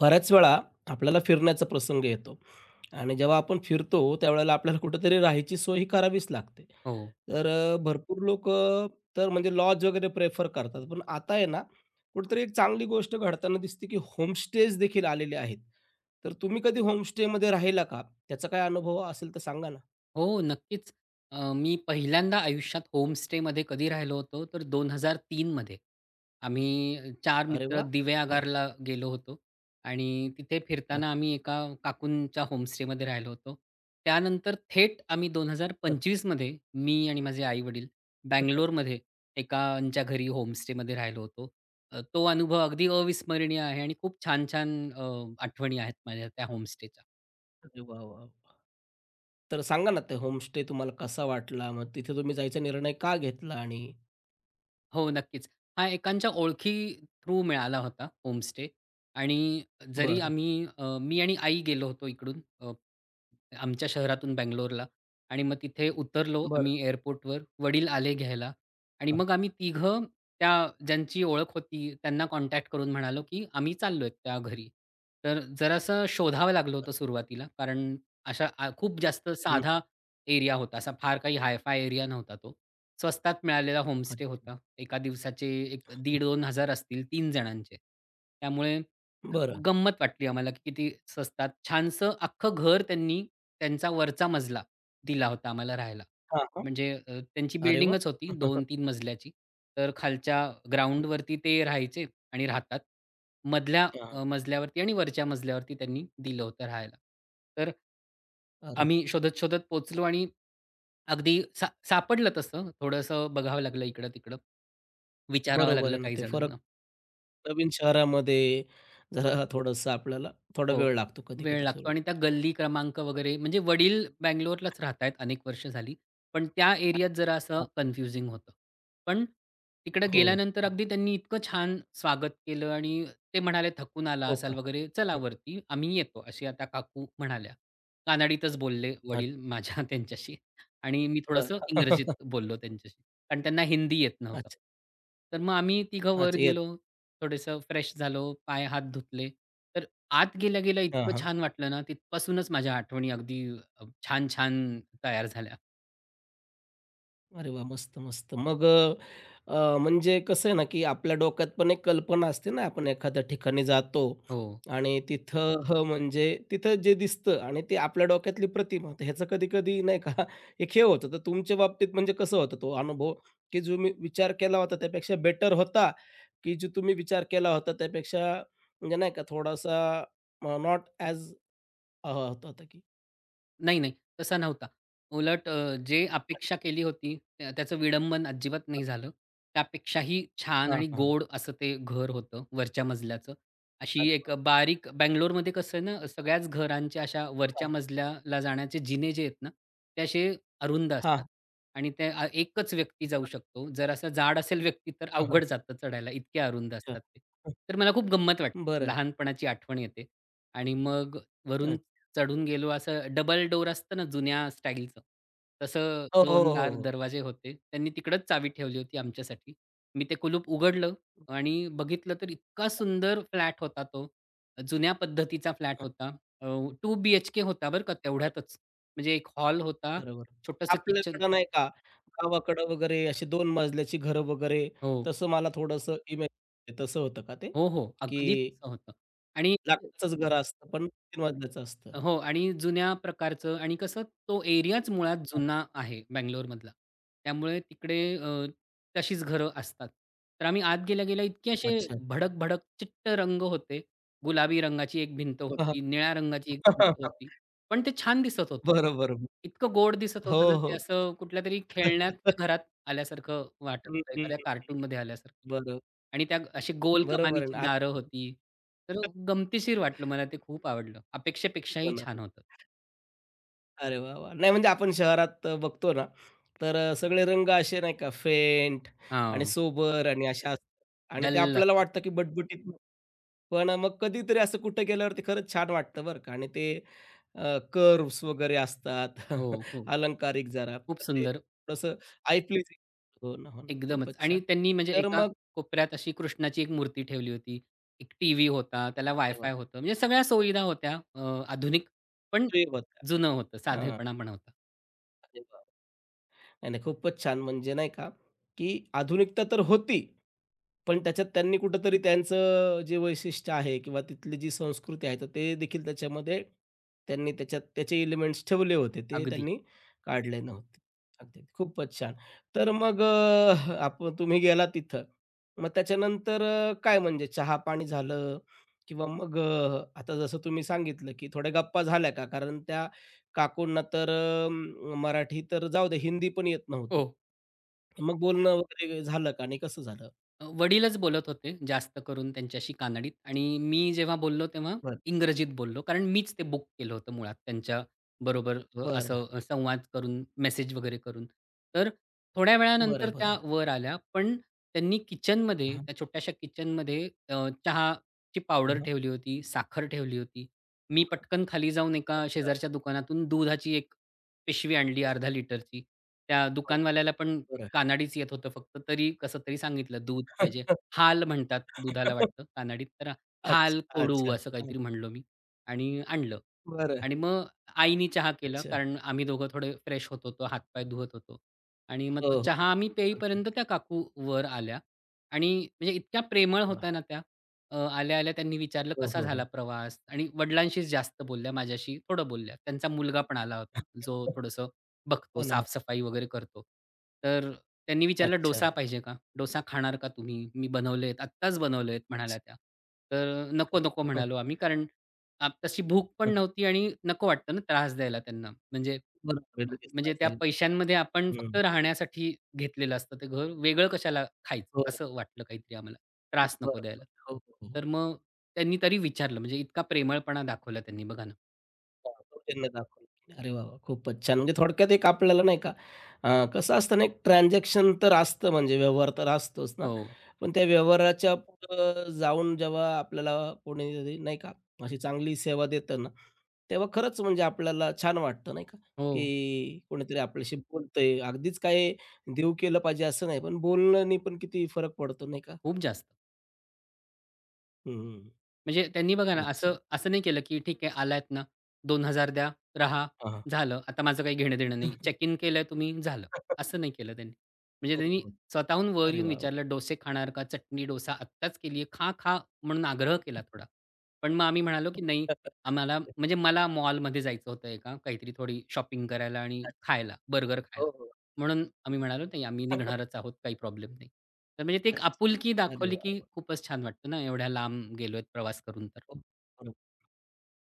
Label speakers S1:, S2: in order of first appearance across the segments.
S1: बऱ्याच वेळा आपल्याला फिरण्याचा प्रसंग येतो आणि जेव्हा आपण फिरतो त्यावेळेला आपल्याला कुठेतरी राहायची सोय ही करावीच लागते.
S2: हो.
S1: तर भरपूर लोकं तर म्हणजे लॉज वगैरे प्रेफर करतात. पण आता आहे ना, कुठेतरी एक चांगली गोष्ट घडताना दिसते, की होमस्टेज देखील आलेले आहेत. तर तुम्ही कधी होमस्टेमध्ये राहिला का? त्याचा काय अनुभव असेल तर सांगा ना?
S2: हो, नक्कीच. मी पहिल्यांदा आयुष्यात होमस्टेमध्ये कधी राहिलो होतो, तर 2003 मध्ये. आम्ही चार
S1: अरे
S2: मित्र
S1: वाह! हं.
S2: दिवेआगारला गेलो होतो आणि तिथे फिरताना आम्ही एका काकूंच्या होमस्टेमध्ये राहिलो होतो. त्यानंतर थेट आम्ही
S1: अच्छा.
S2: 2025 मध्ये मी आणि माझे आई-वडील बंगलोरमध्ये एकांच्या घरी होमस्टेमध्ये राहिलो होतो. तो अनुभव अगदी अविस्मरणीय आहे आणि खूप छान-छान आठवणी आहेत माझ्या त्या.
S1: अरे वाह, वाह! तर सांगा ना, ते होमस्टे तुम्हाला कसा वाटला? मग तिथे तुम्ही जायचा निर्णय का घेतला आणि
S2: हो, नक्कीच. हा एकांच्या ओळखी थ्रू मिळाला होता होमस्टे. आणि जरी
S1: बरं,
S2: आम्ही मी आणि आई गेलो होतो इकडून, आमच्या शहरातून बंगलोरला. आणि मग तिथे उतरलो
S1: बरं.
S2: आम्ही एअरपोर्टवर. वडील आले घ्यायला आणि मग आम्ही तिघं त्या ज्यांची ओळख होती त्यांना कॉन्टॅक्ट करून म्हणालो, की आम्ही चाललोय त्या घरी. तर जरासं शोधावं लागलं होतं सुरुवातीला, कारण अशा आ खूप जास्त साधा एरिया होता. असा फार काही हाय एरिया नव्हता तो. स्वस्तात मिळालेला होमस्टे
S1: अच्छा.
S2: होता. एका दिवसाचे एक 1500 हजार असतील तीन जणांचे. त्यामुळे
S1: बरं.
S2: गंमत वाटली आम्हाला, की किती स्वस्तात छानसं अख्खं घर त्यांनी, त्यांचा वरचा मजला दिला होता आम्हाला राहायला.
S1: हां, हां.
S2: म्हणजे त्यांची
S1: अरे वाह!
S2: बिल्डिंगच होती 2-3 मजल्याची. तर खालच्या ग्राउंडवरती ते राहायचे आणि राहतात. मधल्या
S1: हां.
S2: मजल्यावरती आणि वरच्या मजल्यावरती त्यांनी दिलं होतं राहायला. तर
S1: अरे
S2: आम्ही
S1: वाह!
S2: शोधत-शोधत पोहोचलो आणि अगदी सापडलं तसं. थोडंसं बघावं लागलं इकडं-तिकडं. विचारावं
S1: बरोबर
S2: लागलं
S1: आहे ना,
S2: काही
S1: ते फरक
S2: जणांना.
S1: नवीन शहरामध्ये जरा थोडंसं आपल्याला थोडा
S2: हो.
S1: वेळ लागतो
S2: वेळ
S1: कधी-कधी
S2: लागतो
S1: सुरू.
S2: आणि त्या गल्ली क्रमांक वगैरे, म्हणजे वडील बंगलोरलाच राहतायत अनेक वर्ष झाली. पण त्या एरियात जरा असं
S1: अच्छा.
S2: कन्फ्युजिंग होतं. पण तिकडे
S1: हो,
S2: गेल्यानंतर
S1: हो.
S2: अगदी त्यांनी इतकं छान स्वागत केलं आणि ते म्हणाले, "थकून आला
S1: हो का?
S2: असाल वगैरे, चला
S1: हं.
S2: वरती, आम्ही येतो." अशी आता काकू म्हणाल्या. कानडीतच बोलले
S1: अच्छा.
S2: वडील माझ्या त्यांच्याशी, आणि मी
S1: बरं.
S2: थोडंसं इंग्रजीत बोललो त्यांच्याशी. कारण त्यांना हिंदी येत नव्हतं.
S1: अच्छा.
S2: तर मग आम्ही तिघं वर
S1: अच्छा. येत
S2: गेलो, थोडंसं फ्रेश झालो, पाय हात धुतले. तर आत गेल्या-गेल्या
S1: हां,
S2: इतकं
S1: हां.
S2: छान वाटलं ना, तिथपासूनच माझ्या आठवणी अगदी छान-छान तयार झाल्या.
S1: अरे वाह! मस्त, मस्त. म्हणजे कसं आहे ना, की आपल्या डोक्यात पण एक कल्पना असते ना, आपण एखाद्या ठिकाणी जातो
S2: हो.
S1: आणि तिथं हं, म्हणजे तिथं जे दिसतं आणि ते आपल्या डोक्यातली प्रतिमा, तर ह्याचं कधी-कधी नाही का एक हे होतं. तर तुमच्या बाबतीत म्हणजे कसं होतं तो अनुभव, की जो मी विचार केला होता त्यापेक्षा बेटर होता, की जो तुम्ही विचार केला होता त्यापेक्षा म्हणजे नाही का थोडासा नॉट ॲज अ, होता की?
S2: नाही, नाही. तसा नव्हता. उलट, जे अपेक्षा केली होती त्या त्याचं विडंबन अजिबात नाही झालं. त्यापेक्षाही छान
S1: हां,
S2: आणि
S1: हां.
S2: गोड असं ते घर होतं वरच्या मजल्याचं. अशी
S1: अरे
S2: एक
S1: वाह!
S2: बारीक बंगलोरमध्ये कसं आहे ना, सगळ्याच घरांच्या अशा वरच्या
S1: हां,
S2: मजल्याला जाण्याचे जिने जे आहेत ना, ते असे अरुंद असतात
S1: हां.
S2: आणि ते एकच व्यक्ती जाऊ शकतो. जर असा जाड असेल व्यक्ती तर अवघड जातं चढायला, इतके अरुंद
S1: अच्छा.
S2: असतात ते. तर मला खूप गंमत वाटते.
S1: बरं.
S2: लहानपणाची आठवण येते आणि मग
S1: अच्छा.
S2: वरून चढून गेलो, असं डबल डोअर असतं ना जुन्या स्टाईलचं, तसं
S1: हो, हो,
S2: 2
S1: हो, हो.
S2: दरवाजे होते. त्यांनी तिकडंच चावी ठेवली होती आमच्यासाठी. मी ते कुलूप उघडलं आणि बघितलं तर इतका सुंदर फ्लॅट होता तो. जुन्या पद्धतीचा फ्लॅट
S1: हां,
S2: होता. अ, 2 बीएचके होता बरं का
S1: बरोबर,
S2: तेवढ्यातच. म्हणजे एक हॉल होता,
S1: बरोबर.
S2: छोटंसं किचन.
S1: आपल्याकडं नाही का गावाकडं वगैरे अशी 2 मजल्याची घरं वगैरे
S2: हो.
S1: तसं मला थोडंसं इमेज तसं होतं का ते?
S2: हो, हो.
S1: की
S2: अगदी तसं होतं. आणि
S1: लाकडाचंच घर असतं पण 3 मजल्याचं असतं? हां,
S2: हो, आणि जुन्या प्रकारचं. आणि कसं, तो एरियाच मुळात
S1: हां.
S2: जुना आहे बंगलोरमधला. त्यामुळे तिकडे तशीच घरं असतात. तर आम्ही आत गेल्या-गेल्या इतके असे
S1: अच्छा.
S2: भडक-भडक चिट्ट रंग होते. गुलाबी रंगाची एक भिंत होती, निळ्या रंगाची एक
S1: हां,
S2: भिंत
S1: हां.
S2: होती. पण ते छान दिसत होतं.
S1: बरोबर.
S2: इतकं गोड दिसत
S1: हो,
S2: होतं ना, ते
S1: हो.
S2: असं कुठल्यातरी खेळण्याच्या घरात आल्यासारखं वाटत
S1: हं,
S2: होतं,
S1: हं,
S2: एखाद्या
S1: हं.
S2: कार्टूनमध्ये आल्यासारखं.
S1: बरं.
S2: आणि त्या अशी गोल
S1: बरोबर आहे ना.
S2: कमानीची
S1: आता
S2: दारं होती. तर गमतीशीर वाटलं, मला ते खूप आवडलं. अपेक्षेपेक्षाही छान होतं.
S1: अरे वाह, वाह! नाही म्हणजे आपण शहरात बघतो ना, तर सगळे रंग असे नाही का फेंट आणि
S2: हां.
S1: सोबर आणि अशा असतात आणि ते
S2: डल
S1: आपल्याला
S2: असतात.
S1: वाटतं की बटबटीत पण मग कधीतरी असं कुठं गेल्यावरती खरंच छान वाटतं बरं का आणि ते कर्व्हज वगैरे असतात
S2: हो, हो.
S1: अलंकारिक जरा,
S2: खूप
S1: तर ते
S2: सुंदर
S1: थोडंसं आय प्लीजिंग हो ना, हो ना.
S2: एकदमच.
S1: खूपच
S2: आणि
S1: छान.
S2: त्यांनी म्हणजे
S1: तर
S2: एका
S1: मग
S2: कोपऱ्यात अशी कृष्णाची एक मूर्ती ठेवली होती. एक टीव्ही होता, त्याला
S1: अरे वाह!
S2: वायफाय होतं. म्हणजे सगळ्या सुविधा होत्या, आधुनिक, पण
S1: सुयोग होता.
S2: जुनं होतं,
S1: हां.
S2: साधेपणा पण होता.
S1: अरे वाह! नाही, नाही. खूपच छान. म्हणजे नाही का, की आधुनिकता तर होती. पण त्याच्यात त्यांनी कुठेतरी त्यांचं जे वैशिष्ट्य आहे किंवा तिथली जी संस्कृती आहे, तर ते देखील त्याच्यामध्ये त्यांनी त्याच्यात त्याचे एलिमेंट्स ठेवले होते. ते
S2: अगदी.
S1: त्यांनी काढले नव्हते. अगदी खूपच छान. तर मग आपण तुम्ही गेलात तिथं. मग त्याच्यानंतर काय म्हणजे चहा-पाणी झालं किंवा मग आता जसं तुम्ही सांगितलं, की थोड्या गप्पा झाल्या का? कारण त्या काकूंना तर मराठी तर जाऊ दे, हिंदी पण येत नव्हतं.
S2: हो.
S1: मग बोलणं वगैरे झालं का? आणि कसं झालं?
S2: वडीलच बोलत होते जास्त करून त्यांच्याशी कानडीत, आणि मी जेव्हा बोललो तेव्हा
S1: बरं.
S2: इंग्रजीत बोललो. कारण मीच ते बुक केलं होतं मुळात त्यांच्याबरोबर,
S1: बरं,
S2: असं संवाद करून, मेसेज वगैरे करून. तर थोड्या
S1: बरं,
S2: वेळानंतर
S1: बरं.
S2: त्या वर आल्या, पण त्यांनी किचनमध्ये,
S1: हां,
S2: त्या छोट्याशा किचनमध्ये चहाची
S1: हं,
S2: पावडर
S1: हं.
S2: ठेवली होती, साखर ठेवली होती. मी
S1: बरं.
S2: पटकन खाली जाऊन एका
S1: अच्छा.
S2: शेजारच्या दुकानातून दुधाची एक पिशवी आणली अर्धा लिटरची. त्या
S1: हो,
S2: दुकानवाल्याला पण
S1: बरं.
S2: कानाडीच येत होतं फक्त, तरी कसं तरी सांगितलं, दूध पाहिजे. हाल म्हणतात दुधाला वाटतं कानाडीत, तर
S1: अच्छा,
S2: हाल, कोडू
S1: अच्छा.
S2: असं
S1: हं.
S2: काहीतरी म्हणलो मी आणि आणलं.
S1: बरं.
S2: आणि मग आईनी चहा केला,
S1: अच्छा.
S2: कारण आम्ही दोघं थोडे फ्रेश होत होतो, हातपाय धुवत होतो. आणि मग
S1: हो,
S2: तो
S1: हो.
S2: चहा आम्ही
S1: अगदी,
S2: पेईपर्यंत
S1: अगदी.
S2: त्या काकू वर आल्या. आणि म्हणजे इतक्या प्रेमळ होत्या
S1: वाह!
S2: ना त्या. आल्या-आल्या त्यांनी विचारलं,
S1: हो,
S2: "कसा
S1: हो,
S2: झाला
S1: हो.
S2: प्रवास?" आणि वडिलांशीच जास्त बोलल्या, माझ्याशी थोडं बोलल्या. त्यांचा मुलगा पण आला होता, जो थोडंसं बघतो,
S1: हो ना.
S2: साफ-सफाई वगैरे करतो. तर त्यांनी विचारलं,
S1: अच्छा,
S2: "डोसा पाहिजे का? डोसा खाणार का तुम्ही? मी बनवलेत, आत्ताच बनवलेत,"
S1: अच्छा.
S2: म्हणाल्या त्या. तर "नको, नको" म्हणालो आम्ही, कारण तशी भूक पण
S1: हं, हं.
S2: नव्हती, आणि नको वाटतं ना त्रास द्यायला त्यांना. म्हणजे
S1: बरोबर आहे. लगेच
S2: म्हणजे त्या
S1: असेल.
S2: पैशांमध्ये आपण फक्त
S1: हं.
S2: राहण्यासाठी घेतलेलं असतं ते घर. वेगळं कशाला खायचं?
S1: हो.
S2: असं वाटलं काहीतरी आम्हाला. त्रास नको
S1: बरोबर.
S2: द्यायला.
S1: हो, हो. हो.
S2: तर मग त्यांनी तरी विचारलं, म्हणजे इतका प्रेमळपणा दाखवला त्यांनी बघा ना.
S1: त्यांना दाखवलं. अरे वाह, वाह! खूपच छान. म्हणजे थोडक्यात एक आपल्याला नाही का कसं असतं ना, एक ट्रान्झॅक्शन तर असतं म्हणजे व्यवहार तर असतोच ना.
S2: हो,
S1: पण त्या व्यवहाराच्या पुढं जाऊन जेव्हा आपल्याला कोणीतरी नाही का अशी चांगली सेवा देतं ना, तेव्हा खरंच म्हणजे आपल्याला छान वाटतं नाही का,
S2: हो.
S1: की कोणीतरी आपल्याशी बोलतंय. अगदीच काय देऊ केलं पाहिजे असं नाही, पण बोलण्याने पण किती फरक पडतो नाही का?
S2: खूप जास्त.
S1: हं,
S2: म्हणजे त्यांनी बघा ना, असं
S1: अच्छा.
S2: असं नाही केलं, की ठीक आहे आलायत ना, 2000 द्या, राहा,
S1: हां, हां.
S2: झालं. आता माझं काही घेणं-देणं नाही. चेक इन केलंय तुम्ही, झालं. असं नाही केलं त्यांनी. म्हणजे
S1: हो,
S2: त्यांनी
S1: हो.
S2: स्वतःहून वर
S1: अरे
S2: येऊन
S1: वाह! वाह!
S2: विचारलं, "डोसे खाणार का? चटणी डोसा आत्ताच केली आहे. खा, खा." म्हणून आग्रह केला थोडा. पण मग आम्ही म्हणालो, की नाही, आम्हाला म्हणजे मला मॉलमध्ये जायचं होतं एका काहीतरी, थोडी शॉपिंग करायला आणि
S1: अच्छा.
S2: खायला, बर्गर खायला.
S1: हो, हो.
S2: म्हणून आम्ही म्हणालो, "नाही, आम्ही निघणारच आहोत, काही प्रॉब्लेम नाही." तर म्हणजे ते एक
S1: अच्छा.
S2: आपुलकी
S1: अरे
S2: दाखवली,
S1: वाह!
S2: की
S1: वाह!
S2: खूपच छान वाटतं ना, एवढ्या लांब गेलोय प्रवास करून तर.
S1: हो,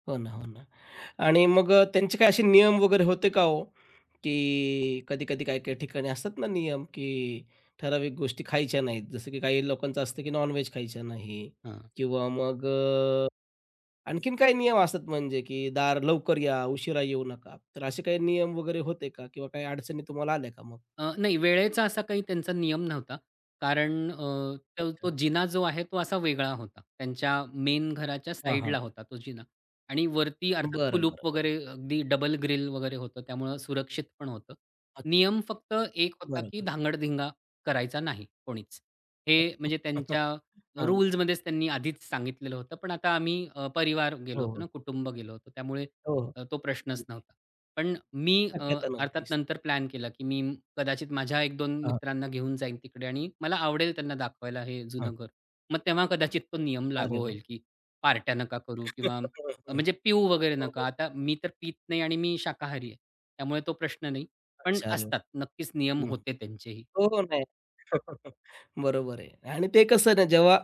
S1: हो, ना हो ना, हो ना. आणि मग त्यांचे काही असे नियम वगैरे होते का हो? की कधी-कधी काही-काही ठिकाणी असतात ना नियम, की ठराविक गोष्टी खायच्या नाहीत. जसं की काही लोकांचं असतं की नॉन-व्हेज खायच्या नाही
S2: हां.
S1: किंवा मग आणखीन काही नियम असतात म्हणजे की दार लवकर या, उशिरा येऊ नका. तर असे काही नियम वगैरे होते का? किंवा काही अडचणी तुम्हाला आल्या का मग?
S2: नाही, वेळेचा असा काही त्यांचा नियम नव्हता. कारण, तो
S1: अच्छा.
S2: तो जिना जो आहे तो असा वेगळा होता. त्यांच्या मेन घराच्या
S1: हां, हां.
S2: साइडला होता तो जिना आणि वरती अर्थात
S1: बरं, बरं,
S2: कुलूप
S1: बरं.
S2: वगैरे अगदी डबल ग्रिल वगैरे होतं. त्यामुळं सुरक्षित पण होतं.
S1: अच्छा.
S2: नियम फक्त एक होता,
S1: बरं,
S2: की
S1: बरं.
S2: धांगडधिंगा करायचा नाही कोणीच. हे म्हणजे त्यांच्या
S1: हां.
S2: रूल्समध्येच त्यांनी आधीच सांगितलेलं होतं. पण आता आम्ही परिवार गेलो
S1: हो,
S2: होतो
S1: हो.
S2: ना, कुटुंब गेलो होतो. त्यामुळे
S1: हो, हो.
S2: तो प्रश्नच
S1: अगदी.
S2: नव्हता. पण मी, अ,
S1: शक्यता
S2: अर्थात
S1: नव्हतीच.
S2: नंतर प्लॅन केला, की मी कदाचित माझ्या एक दोन
S1: हां,
S2: मित्रांना घेऊन जाईन तिकडे, आणि मला आवडेल त्यांना दाखवायला हे
S1: हां.
S2: जुनं घर. मग तेव्हा कदाचित तो नियम लागू
S1: अरे वाह!
S2: होईल, की पार्ट्या नका करू
S1: हं,
S2: किंवा
S1: हं.
S2: म्हणजे पिऊ वगैरे
S1: हो,
S2: नका.
S1: हो.
S2: आता मी तर पीत नाही आणि मी शाकाहारी आहे. त्यामुळे तो प्रश्न नाही. पण
S1: अच्छा. अरे वाह!
S2: असतात, नक्कीच नियम
S1: हं.
S2: होते त्यांचेही.
S1: हो, हो. नाही. बरोबर आहे. आणि ते कसं आहे ना, जेव्हा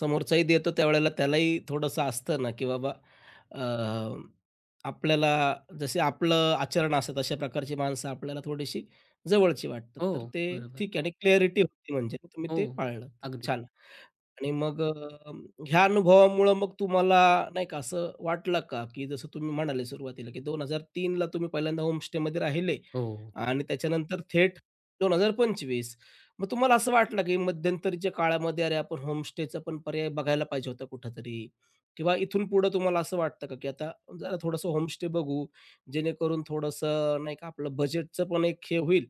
S1: समोरचाही देतो त्यावेळेला त्यालाही थोडंसं असतं ना, की बाबा अ, आपल्याला जसे आपलं आचरण असतं तशा प्रकारची माणसं आपल्याला थोडीशी जवळची वाटतात.
S2: हो,
S1: तर ते
S2: बरोबर.
S1: ठीक आहे आणि क्लॅरिटी होती म्हणजे तुम्ही
S2: हो,
S1: ते पाळलं. तर
S2: अगदी.
S1: छान. आणि मग ह्या अनुभवामुळं मग तुम्हाला नाही का असं वाटलं का, की जसं तुम्ही म्हणाले सुरुवातीला, की 2003ला तुम्ही पहिल्यांदा होमस्टेमध्ये राहिले
S2: हो.
S1: आणि त्याच्यानंतर थेट 2025. मग तुम्हाला असं वाटलं, की मध्यंतरीच्या काळामध्ये अरे आपण होमस्टेचा पण पर्याय बघायला पाहिजे होता कुठेतरी किंवा इथून पुढं तुम्हाला असं वाटतं का, की आता जरा थोडंसं होमस्टे बघू, जेणेकरून थोडंसं नाही का आपलं बजेटचं पण एक हे होईल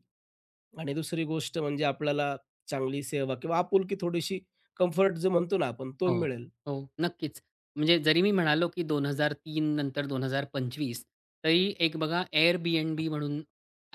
S1: आणि दुसरी गोष्ट म्हणजे आपल्याला चांगली सेवा किंवा आपुलकी थोडीशी कम्फर्ट जो म्हणतो ना आपण तो
S2: हो,
S1: मिळेल.
S2: हो. नक्कीच. म्हणजे जरी मी म्हणालो, की 2003 नंतर 2025, तरी एक बघा Airbnb म्हणून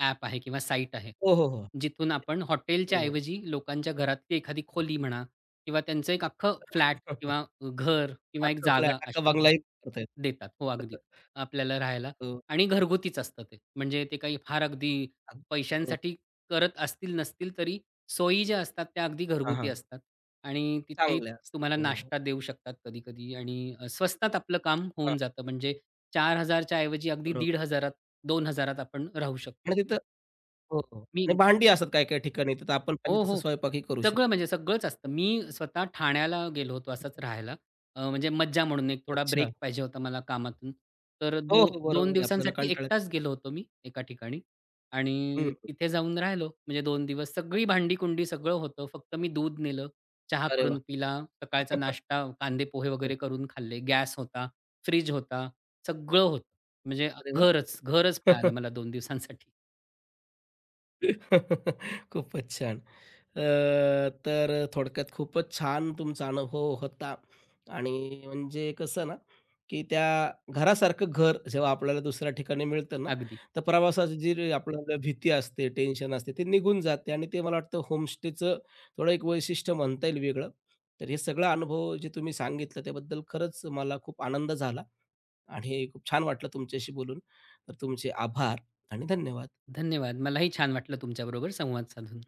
S2: ॲप आहे किंवा साईट आहे.
S1: हो, हो, हो.
S2: जिथून आपण हॉटेलच्या
S1: हो.
S2: ऐवजी लोकांच्या घरातली एखादी खोली म्हणा किंवा त्यांचं एक अख्खं फ्लॅट किंवा घर किंवा एक
S1: अख्खं फ्लॅट,
S2: जागा
S1: अख्खा
S2: अशी
S1: बंगलाही करता येतो.
S2: देतात. हो, अगदी आपल्याला राहायला.
S1: हो.
S2: आणि घरगुतीच असतं ते. म्हणजे ते काही फार अगदी
S1: अग हो.
S2: पैशांसाठी करत असतील नसतील, तरी सोयी ज्या असतात त्या अगदी
S1: हां,
S2: घरगुती
S1: हां.
S2: असतात आणि तिथेही
S1: चांगल्या असतात.
S2: तुम्हाला
S1: हो, हो.
S2: नाश्ता देऊ शकतात कधी-कधी, आणि स्वस्तात आपलं काम
S1: हां,
S2: होऊन जातं. म्हणजे 4,000 च्या ऐवजी अगदी
S1: बरोबर
S2: 1,500त 2,000त आपण राहू शकतो.
S1: आणि तिथं हो, हो
S2: मी
S1: आणि भांडी असतात काही-काही ठिकाणी तिथं आपण
S2: हो,
S1: पाहिजे तसं
S2: हो.
S1: स्वयंपाकही करू
S2: सगळं
S1: शकतो.
S2: म्हणजे सगळंच असतं. मी स्वतः ठाण्याला गेलो होतो असंच राहायला. म्हणजे मज्जा म्हणून एक थोडा
S1: अच्छा.
S2: ब्रेक पाहिजे होता मला कामातून. तर
S1: हो, हो. बरोबर
S2: 2
S1: आहे. आपल्याला
S2: दिवसांसाठी
S1: कंटाळा
S2: एकटाच गेलो होतो मी एका ठिकाणी,
S1: हं.
S2: आणि तिथे जाऊन राहिलो. म्हणजे 2 दिवस सगळी भांडी-कुंडी सगळं होतं. फक्त मी दूध नेलं, चहा
S1: अरे वाह!
S2: करून पिला, सकाळचा नाश्ता कांदे पोहे वगैरे करून खाल्ले. गॅस होता, फ्रिज होता, सगळं होतं. म्हणजे
S1: अरे
S2: घरच, घरच
S1: वाह!
S2: मिळालं मला 2 दिवसांसाठी.
S1: खूपच छान. अ, तर थोडक्यात खूपच छान तुमचा अनुभव होता आणि म्हणजे कसं ना, की त्या घरासारखं घर जेव्हा आपल्याला दुसऱ्या ठिकाणी मिळतं ना,
S2: अगदी.
S1: तर प्रवासाची जी रे- आपल्याला भीती असते, टेन्शन असते, ते निघून जाते आणि ते मला वाटतं होमस्टेचं थोडं एक वैशिष्ट्य म्हणता येईल वेगळं. तर हे सगळा अनुभव जे तुम्ही सांगितलं त्याबद्दल खरंच मला खूप आनंद झाला आणि खूप छान वाटलं तुमच्याशी बोलून. तर तुमचे आभार आणि धन्यवाद.
S2: धन्यवाद. मलाही छान वाटलं तुमच्याबरोबर संवाद साधून.